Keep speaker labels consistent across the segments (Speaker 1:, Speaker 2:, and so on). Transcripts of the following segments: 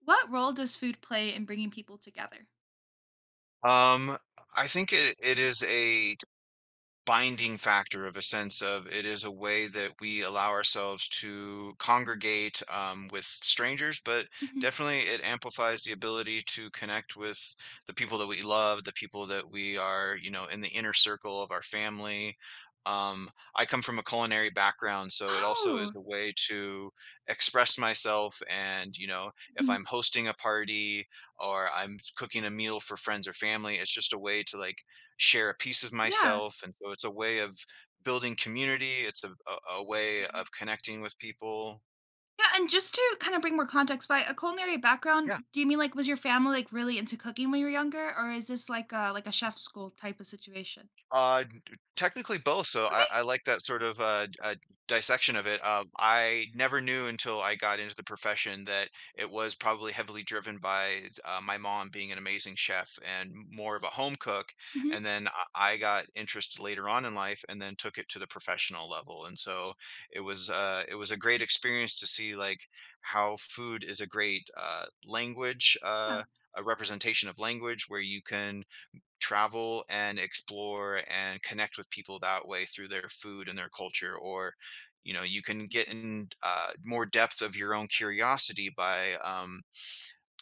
Speaker 1: What role does food play in bringing people together?
Speaker 2: Um, I think it is a binding factor of a sense of it is a way that we allow ourselves to congregate with strangers, but
Speaker 1: Mhm.
Speaker 2: definitely it amplifies the ability to connect with the people that we love, the people that we are, you know, in the inner circle of our family. I come from a culinary background, so it also is
Speaker 1: Oh,
Speaker 2: a way to express myself. And, you know, if
Speaker 1: Mhm.
Speaker 2: I'm hosting a party or I'm cooking a meal for friends or family, it's just a way to like share a piece of
Speaker 1: Yeah.
Speaker 2: myself. And so it's a way of building community. It's a way
Speaker 1: Mhm.
Speaker 2: of connecting with people.
Speaker 1: Yeah, and just to kind of bring more context, by a culinary
Speaker 2: Yeah.
Speaker 1: background, do you mean like was your family like really into cooking when you were younger, or is this like a chef school type of situation?
Speaker 2: D d technically both, so I
Speaker 1: Okay.
Speaker 2: I like that sort of, d dissection of it. I never knew until I got into the profession that it was probably heavily driven by, my mom being an amazing chef and more of a home cook,
Speaker 1: Mhm.
Speaker 2: and then I got interest later on in life and then took it to the professional level, and so it was a great experience to see, like, how food is a great, language,
Speaker 1: Yeah,
Speaker 2: a representation of language where you can travel and explore and connect with people that way through their food and their culture, or you know you can get in more depth of your own curiosity by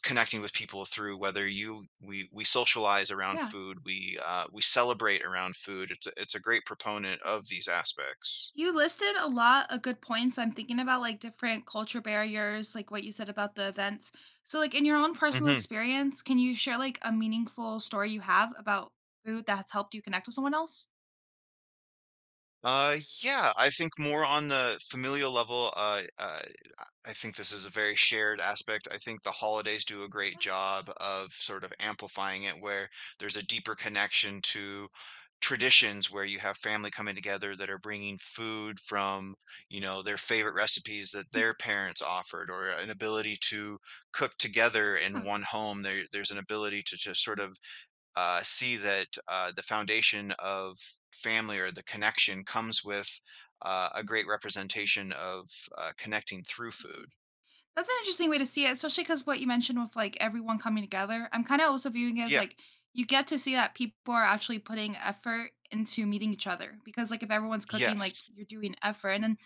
Speaker 2: connecting with people through whether you we socialize around
Speaker 1: yeah.
Speaker 2: food, we celebrate around food. It's it's a great proponent of these aspects.
Speaker 1: You listed a lot of good points. I'm thinking about like different culture barriers, like what you said about the events. So, like in your own personal
Speaker 2: hmm
Speaker 1: experience, can you share like a meaningful story you have about food that's helped you connect with someone else?
Speaker 2: uh yeah, I think more on the familial level. I think this is a very shared aspect. I think the holidays do a great job of sort of amplifying it where there's a deeper connection to traditions where you have family coming together that are bringing food from, you know, their favorite recipes that
Speaker 1: Yeah.
Speaker 2: their parents offered, or an ability to cook together
Speaker 1: Yeah.
Speaker 2: in one home. There's an ability to just sort of see that the foundation of family or the connection comes with a great representation of connecting through
Speaker 1: Mhm.
Speaker 2: food.
Speaker 1: That's an interesting way to see it, especially because what you mentioned with, like, everyone coming together, I'm kinda also viewing it as,
Speaker 2: Yeah.
Speaker 1: like, you get to see that people are actually putting effort into meeting each other because, like, if everyone's cooking, like,
Speaker 2: Yes.
Speaker 1: you're doing effort, and then,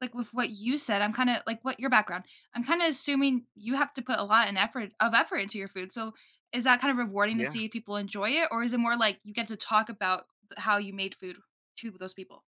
Speaker 1: like, with what you said, I'm kinda like, what your background, I'm kinda assuming you have to put a lot in effort of effort into your food, so is that kind of rewarding to
Speaker 2: Yeah.
Speaker 1: see if people enjoy it, or is it more like you get to talk about th how you made food to those people?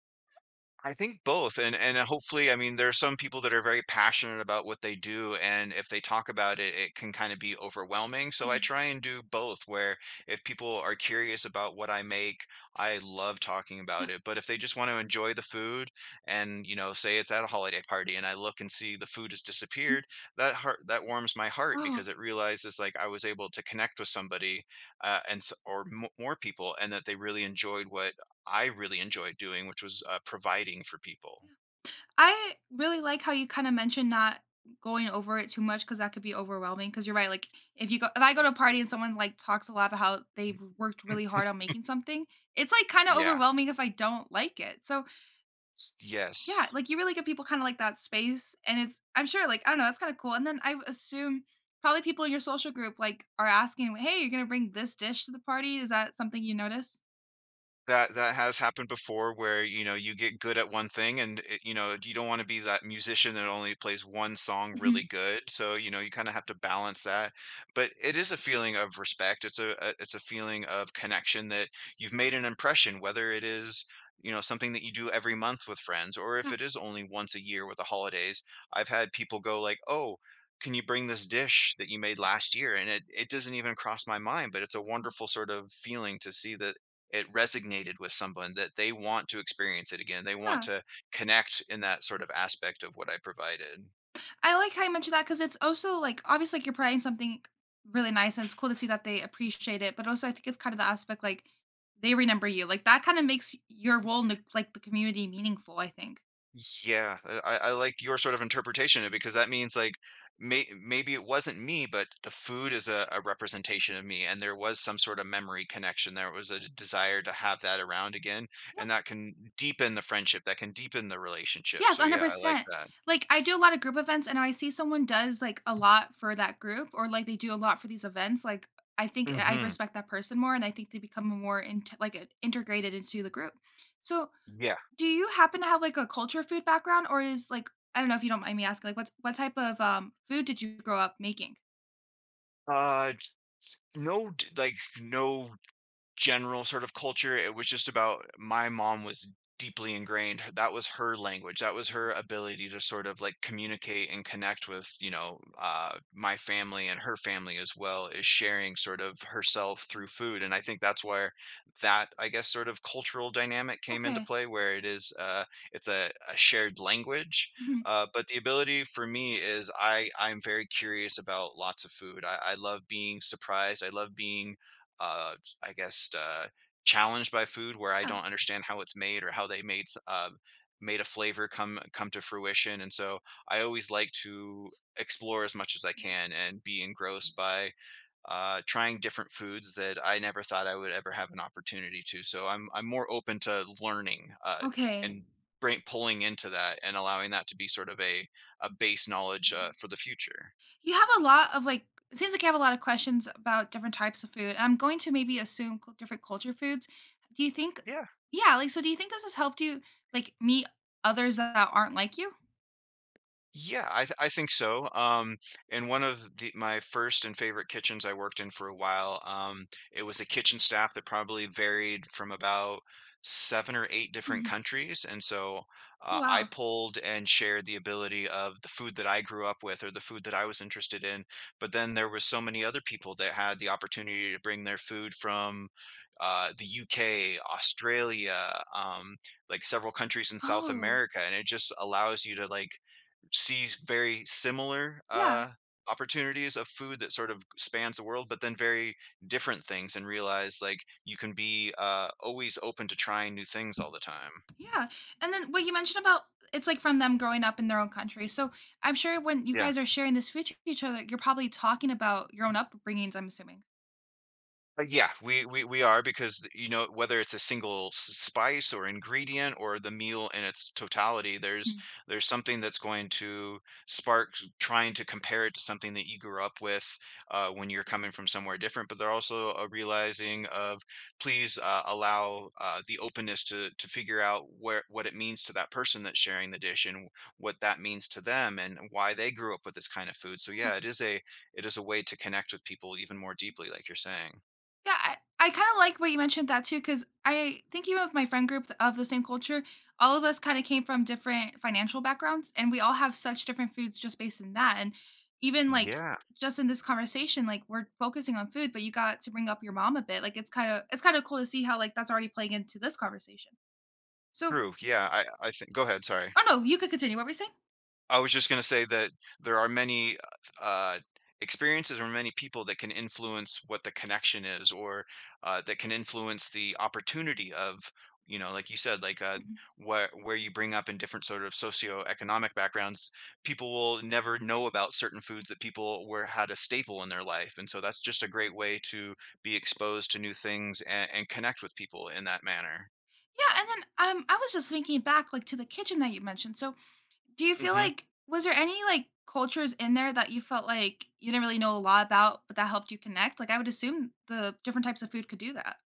Speaker 2: I think both. And hopefully, I mean, there are some people that are very passionate about what they do, and if they talk about it, it can kind of be overwhelming. So I
Speaker 1: Mhm.
Speaker 2: try and do both, where if people are curious about what I make, I love talking
Speaker 1: Yeah.
Speaker 2: about it. But if they just want to enjoy the food and, you know, say it's at a holiday party and I look and see the food has
Speaker 1: Mhm.
Speaker 2: disappeared, that warms my heart
Speaker 1: Oh.
Speaker 2: because it realizes like I was able to connect with somebody, and s- or mo more people, and that they really enjoyed what I really enjoyed doing, which was, providing for people.
Speaker 1: I really like how you kinda mentioned not going over it too much because that could be overwhelming. Because 'cause you're right, like, if I go to a party and someone, like, talks a lot about how they worked really hard on making something, it's, like, kinda
Speaker 2: Yeah.
Speaker 1: overwhelming if I don't like it, so,
Speaker 2: S
Speaker 1: yeah,
Speaker 2: Yes.
Speaker 1: like, you really give people kinda, like, that space, and it's I'm sure, like, I don't know, that's kinda cool, and then I assume probably people in your social group, like, are asking, "Hey, you're gonna bring this dish to the party?" Is that something you notice?
Speaker 2: That that has happened before where, you know, you get good at one thing and it, you know, you don't want to be that musician that only plays one song really
Speaker 1: Mhm.
Speaker 2: good. So, you know, you kind of have to balance that. But it is a feeling of respect. It's a it's a feeling of connection that you've made an impression, whether it is, you know, something that you do every month with friends, or if
Speaker 1: Yeah,
Speaker 2: it is only once a year with the holidays. I've had people go like, "Oh, can you bring this dish that you made last year?" It doesn't even cross my mind, but it's a wonderful sort of feeling to see that it resonated with someone, that they want to experience it again. They want
Speaker 1: yeah.
Speaker 2: to connect in that sort of aspect of what I provided.
Speaker 1: I like how you mentioned that because it's also like obviously like you're providing something really nice and it's cool to see that they appreciate it. But also, I think it's kind of the aspect like they remember you. Like that kind of makes your role in the community meaningful. I think.
Speaker 2: Yeah, I like your sort of interpretation of it, because that means like maybe it wasn't me, but the food is a representation of me, and there was some sort of memory connection. There was a desire to have that around again, and
Speaker 1: Yes.
Speaker 2: that can deepen the friendship. That can deepen the relationship.
Speaker 1: Yes,
Speaker 2: So yeah, I like
Speaker 1: 100%.
Speaker 2: that.
Speaker 1: Like I do a lot of group events and I see someone does like a lot for that group or like they do a lot for these events, like I think I
Speaker 2: hmm
Speaker 1: respect that person more and I think they become more into like integrated into the group. So,
Speaker 2: Yeah.
Speaker 1: do you happen to have, like, a culture food background, or is, like I don't know if you don't mind me asking, like, what type of, food did you grow up making?
Speaker 2: Uh, d- no, d- like no general sort of culture. It was just about my mom was deeply ingrained. That was her language. That was her ability to sort of like communicate and connect with, you know, my family and her family as well, is sharing sort of herself through food. And I think that's where that, I guess, sort of cultural dynamic came into
Speaker 1: Okay.
Speaker 2: play, where it is, it's a shared language.
Speaker 1: Mhm.
Speaker 2: But the ability for me is I'm very curious about lots of food. I love being surprised. I love being uh, I guess, uh, challenged by food where I
Speaker 1: Yeah.
Speaker 2: don't understand how it's made or how they made made a flavor come to fruition. And so I always like to explore as much as I can and be engrossed by trying different foods that I never thought I would ever have an opportunity to. So I'm more open to learning,
Speaker 1: Okay.
Speaker 2: and pulling into that and allowing that to be sort of a base knowledge for the future.
Speaker 1: You have a lot of, like it seems like you have a lot of questions about different types of food. I'm going to maybe assume cul different culture foods. Do you think
Speaker 2: Yeah.
Speaker 1: Yeah, like, so do you think this has helped you, like, meet others that aren't like you?
Speaker 2: I think so. In one of the my first and favorite kitchens I worked in for a while, it was a kitchen staff that probably varied from about 7 or 8 different
Speaker 1: Mhm.
Speaker 2: countries, and so, I
Speaker 1: Wow.
Speaker 2: pulled and shared the ability of the food that I grew up with or the food that I was interested in, but then there was so many other people that had the opportunity to bring their food from, the UK, Australia, like, several countries in South
Speaker 1: Oh,
Speaker 2: America, and it just allows you to, like, see very similar
Speaker 1: yeah.
Speaker 2: opportunities of food that sort of spans the world, but then very different things, and realize like you can be always open to trying new things all the time.
Speaker 1: Yeah, and then what you mentioned about it's like from them growing up in their own country. So I'm sure when you
Speaker 2: Yeah.
Speaker 1: guys are sharing this food to each other, you're probably talking about your own upbringings. I'm assuming.
Speaker 2: Yeah, we are because, you know, whether it's a single s spice or ingredient, or the meal in its totality,
Speaker 1: Mhm.
Speaker 2: there's something that's going to spark trying to compare it to something that you grew up with, when you're coming from somewhere different, but they're also a realizing of please, allow, the openness to figure out where what it means to that person that's sharing the dish, and what that means to them, and why they grew up with this kind of food. So,
Speaker 1: Yeah,
Speaker 2: yeah, it is a way to connect with people even more deeply, like you're saying.
Speaker 1: yeah. I kind of like what you mentioned that too, because I think even with my friend group of the same culture, all of us kind of came from different financial backgrounds, and we all have such different foods just based in that. And even like
Speaker 2: Yeah,
Speaker 1: just in this conversation, like we're focusing on food, but you got to bring up your mom a bit. Like it's kind of cool to see how like that's already playing into this conversation. So,
Speaker 2: true. Yeah, I think go ahead, sorry.
Speaker 1: oh no, you could continue. What were you saying?
Speaker 2: I was just going to say that there are many uh experiences or many people that can influence what the connection is, or that can influence the opportunity of, you know, like you said, like
Speaker 1: Mhm.
Speaker 2: where you bring up in different sort of socioeconomic backgrounds, people will never know about certain foods that people were had a staple in their life. And so that's just a great way to be exposed to new things and, connect with people in that manner.
Speaker 1: Yeah, and then I was just thinking back, like to the kitchen that you mentioned. So, do you feel
Speaker 2: Mhm.
Speaker 1: like was there any like cultures in there that you felt like you didn't really know a lot about, but that helped you connect? Like, I would assume the different types of food could do that.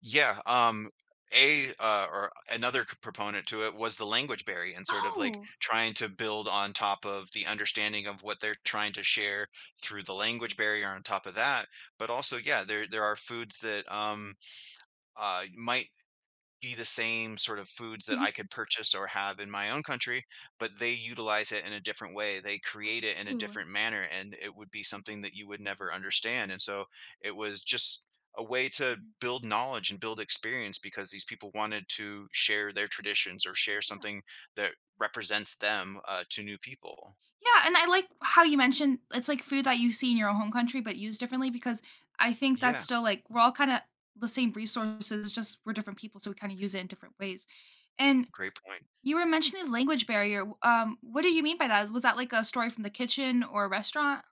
Speaker 2: Yeah, a or another proponent to it was the language barrier and sort of like
Speaker 1: Oh,
Speaker 2: trying to build on top of the understanding of what they're trying to share through the language barrier on top of that. But also, yeah, there are foods that might be the same sort of foods that
Speaker 1: Mhm.
Speaker 2: I could purchase or have in my own country, but they utilize it in a different way. They create it in a
Speaker 1: Oh,
Speaker 2: different manner, and it would be something that you would never understand. And so it was just a way to
Speaker 1: Mhm.
Speaker 2: build knowledge and build experience because these people wanted to share their traditions or share
Speaker 1: Yeah,
Speaker 2: something that represents them, to new people.
Speaker 1: yeah. And I like how you mentioned it's like food that you see in your own home country, but used differently because I think that's
Speaker 2: Yeah,
Speaker 1: still like we're all kind of the same resources, it's just we're different people, so we kind of use it in different ways. And
Speaker 2: great point.
Speaker 1: you were mentioning language barrier. What do you mean by that? Was that like a story from the kitchen or a restaurant?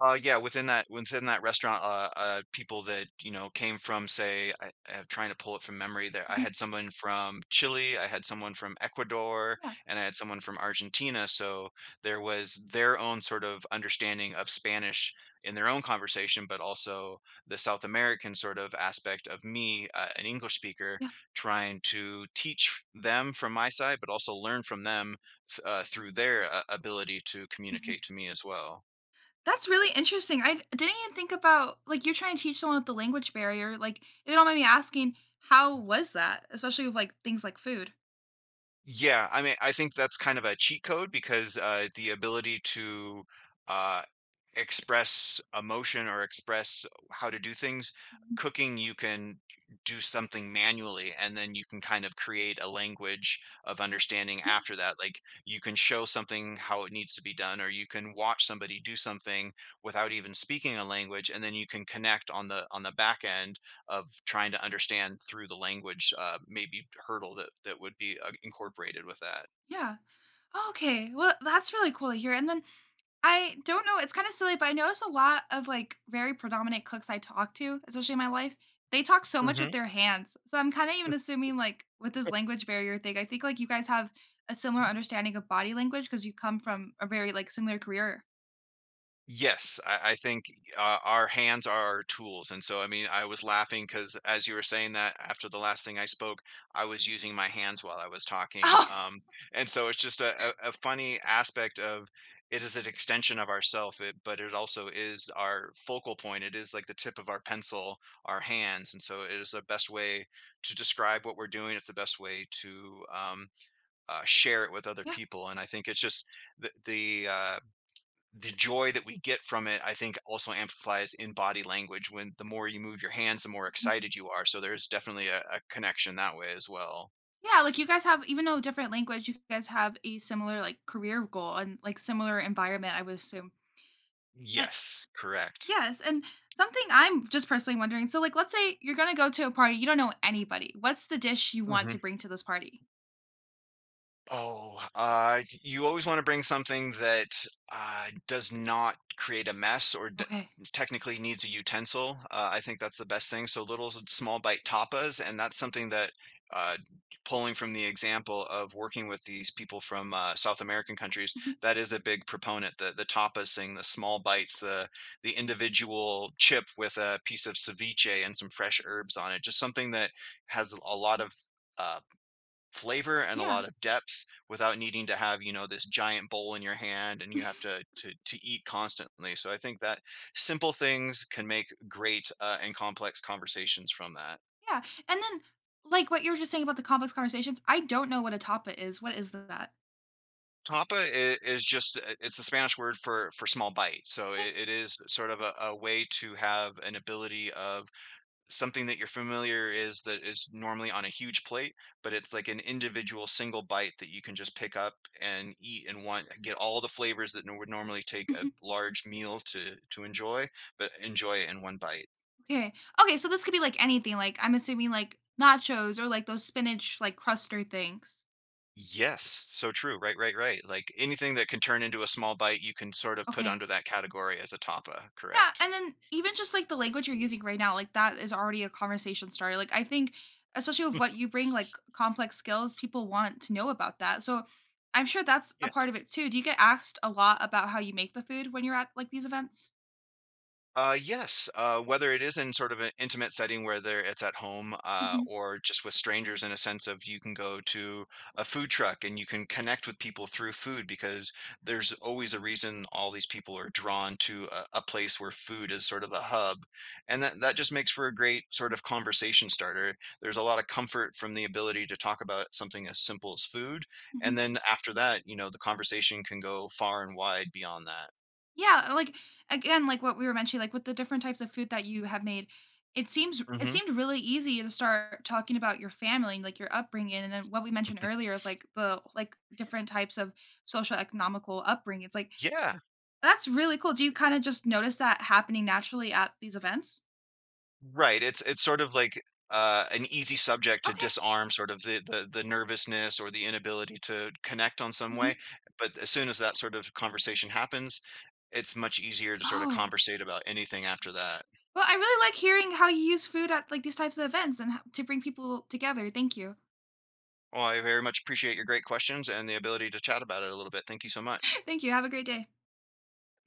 Speaker 2: Within that restaurant, people that you know came from, say, I'm trying to pull it from memory. I
Speaker 1: Mhm.
Speaker 2: had someone from Chile, I had someone from Ecuador,
Speaker 1: Yeah,
Speaker 2: and I had someone from Argentina. So there was their own sort of understanding of Spanish in their own conversation, but also the South American sort of aspect of me, an English speaker,
Speaker 1: yeah.
Speaker 2: trying to teach them from my side, but also learn from them through their ability to
Speaker 1: Mhm.
Speaker 2: communicate to me as well.
Speaker 1: That's really interesting. I didn't even think about like you're trying to teach someone with the language barrier. Like it all made me asking, how was that? Especially with like things like food.
Speaker 2: Yeah, I mean, I think that's kind of a cheat code because, the ability to, uh, express emotion or express how to do things
Speaker 1: Mhm.
Speaker 2: cooking, you can do something manually, and then you can kind of create a language of understanding
Speaker 1: Yeah,
Speaker 2: after that, like, you can show something how it needs to be done, or you can watch somebody do something without even speaking a language, and then you can connect on the back end of trying to understand through the language, maybe hurdle that would be incorporated with that.
Speaker 1: yeah. Oh, okay. Well, that's really cool to hear. And then I don't know, it's kinda silly, but I notice a lot of, like, very predominant cooks I talk to, especially in my life, they talk so much with
Speaker 2: Mhm.
Speaker 1: their hands, so I'm kinda even assuming, like, with this language barrier thing, I think, like, you guys have a similar understanding of body language because you come from a very, like, similar career.
Speaker 2: Yes, I think our hands are our tools. And so, I mean, I was laughing because as you were saying that after the last thing I spoke, I was using my hands while I was talking.
Speaker 1: Oh,
Speaker 2: And so it's just a funny aspect of it is an extension of ourself, it, but it also is our focal point. It is like the tip of our pencil, our hands. And so it is the best way to describe what we're doing. It's the best way to share it with other
Speaker 1: yeah.
Speaker 2: people. And I think it's just the the joy that we get from it, I think also amplifies in body language when the more you move your hands, the more
Speaker 1: Mhm.
Speaker 2: excited you are. So there's definitely a connection that way as well.
Speaker 1: Yeah, like, you guys have even though different language, you guys have a similar, like, career goal and, like, similar environment, I would assume.
Speaker 2: Yes, correct.
Speaker 1: Yes, and something I'm just personally wondering, so, like, let's say you're gonna go to a party, you don't know anybody. What's the dish you want
Speaker 2: Mhm.
Speaker 1: to bring to this party?
Speaker 2: Oh, you always want to bring something that does not create a mess or d
Speaker 1: Okay.
Speaker 2: technically needs a utensil. I think that's the best thing. So little small bite tapas, and that's something that uh, pulling from the example of working with these people from South American countries,
Speaker 1: Mhm.
Speaker 2: that is a big proponent. The tapas thing, the small bites, the individual chip with a piece of ceviche and some fresh herbs on it, just something that has a lot of. Uh, flavor and a
Speaker 1: Yeah.
Speaker 2: lot of depth without needing to have, you know, this giant bowl in your hand and you have to to to eat constantly. So I think that simple things can make great and complex conversations from that.
Speaker 1: Yeah, and then, like, what you were just saying about the complex conversations, I don't know what a tapa is. What is that?
Speaker 2: Tapa is just it's the Spanish word for small bite. So
Speaker 1: Okay.
Speaker 2: it is sort of a way to have an ability of something that you're familiar is that is normally on a huge plate, but it's like an individual single bite that you can just pick up and eat and want get all the flavors that no, would normally take a
Speaker 1: Mhm.
Speaker 2: large meal to enjoy, but enjoy it in one bite.
Speaker 1: Okay. Okay, so this could be, like, anything, like, I'm assuming, like, nachos or, like, those spinach, like, cruster things.
Speaker 2: Yes, so true. Right, right, right. Like anything that can turn into a small bite, you can sort of put
Speaker 1: Okay.
Speaker 2: under that category as a tapa,
Speaker 1: Yeah,
Speaker 2: correct?
Speaker 1: and then even just like the language you're using right now, like that is already a conversation starter. Like I think, especially with what you bring, like complex skills, people want to know about that. So I'm sure that's a
Speaker 2: Yeah.
Speaker 1: part of it too. Do you get asked a lot about how you make the food when you're at like these events?
Speaker 2: Yes, whether it is in sort of an intimate setting, whether it's at home
Speaker 1: Hmm.
Speaker 2: or just with strangers, in a sense of you can go to a food truck and you can connect with people through food because there's always a reason all these people are drawn to a place where food is sort of the hub, and that just makes for a great sort of conversation starter. There's a lot of comfort from the ability to talk about something as simple as food,
Speaker 1: Hmm.
Speaker 2: and then after that, you know, the conversation can go far and wide beyond that.
Speaker 1: Yeah, like again, like what we were mentioning, like with the different types of food that you have made, it seems it
Speaker 2: Hmm.
Speaker 1: seemed really easy to start talking about your family and like your upbringing, and then what we mentioned earlier of like different types of social economical upbringing. It's like
Speaker 2: Yeah.
Speaker 1: That's really cool. Do you kinda just notice that happening naturally at these events?
Speaker 2: Right, it's sort of like, an easy subject to
Speaker 1: Okay.
Speaker 2: disarm sort of the nervousness or the inability to connect on some
Speaker 1: Mhm.
Speaker 2: way, but as soon as that sort of conversation happens, it's much easier to sort of
Speaker 1: Oh,
Speaker 2: conversate about anything after that.
Speaker 1: well, I really like hearing how you use food at, like, these types of events and ho to bring people together. Thank you.
Speaker 2: Well, I very much appreciate your great questions and the ability to chat about it a little bit. Thank you so much.
Speaker 1: Thank you. Have a great day.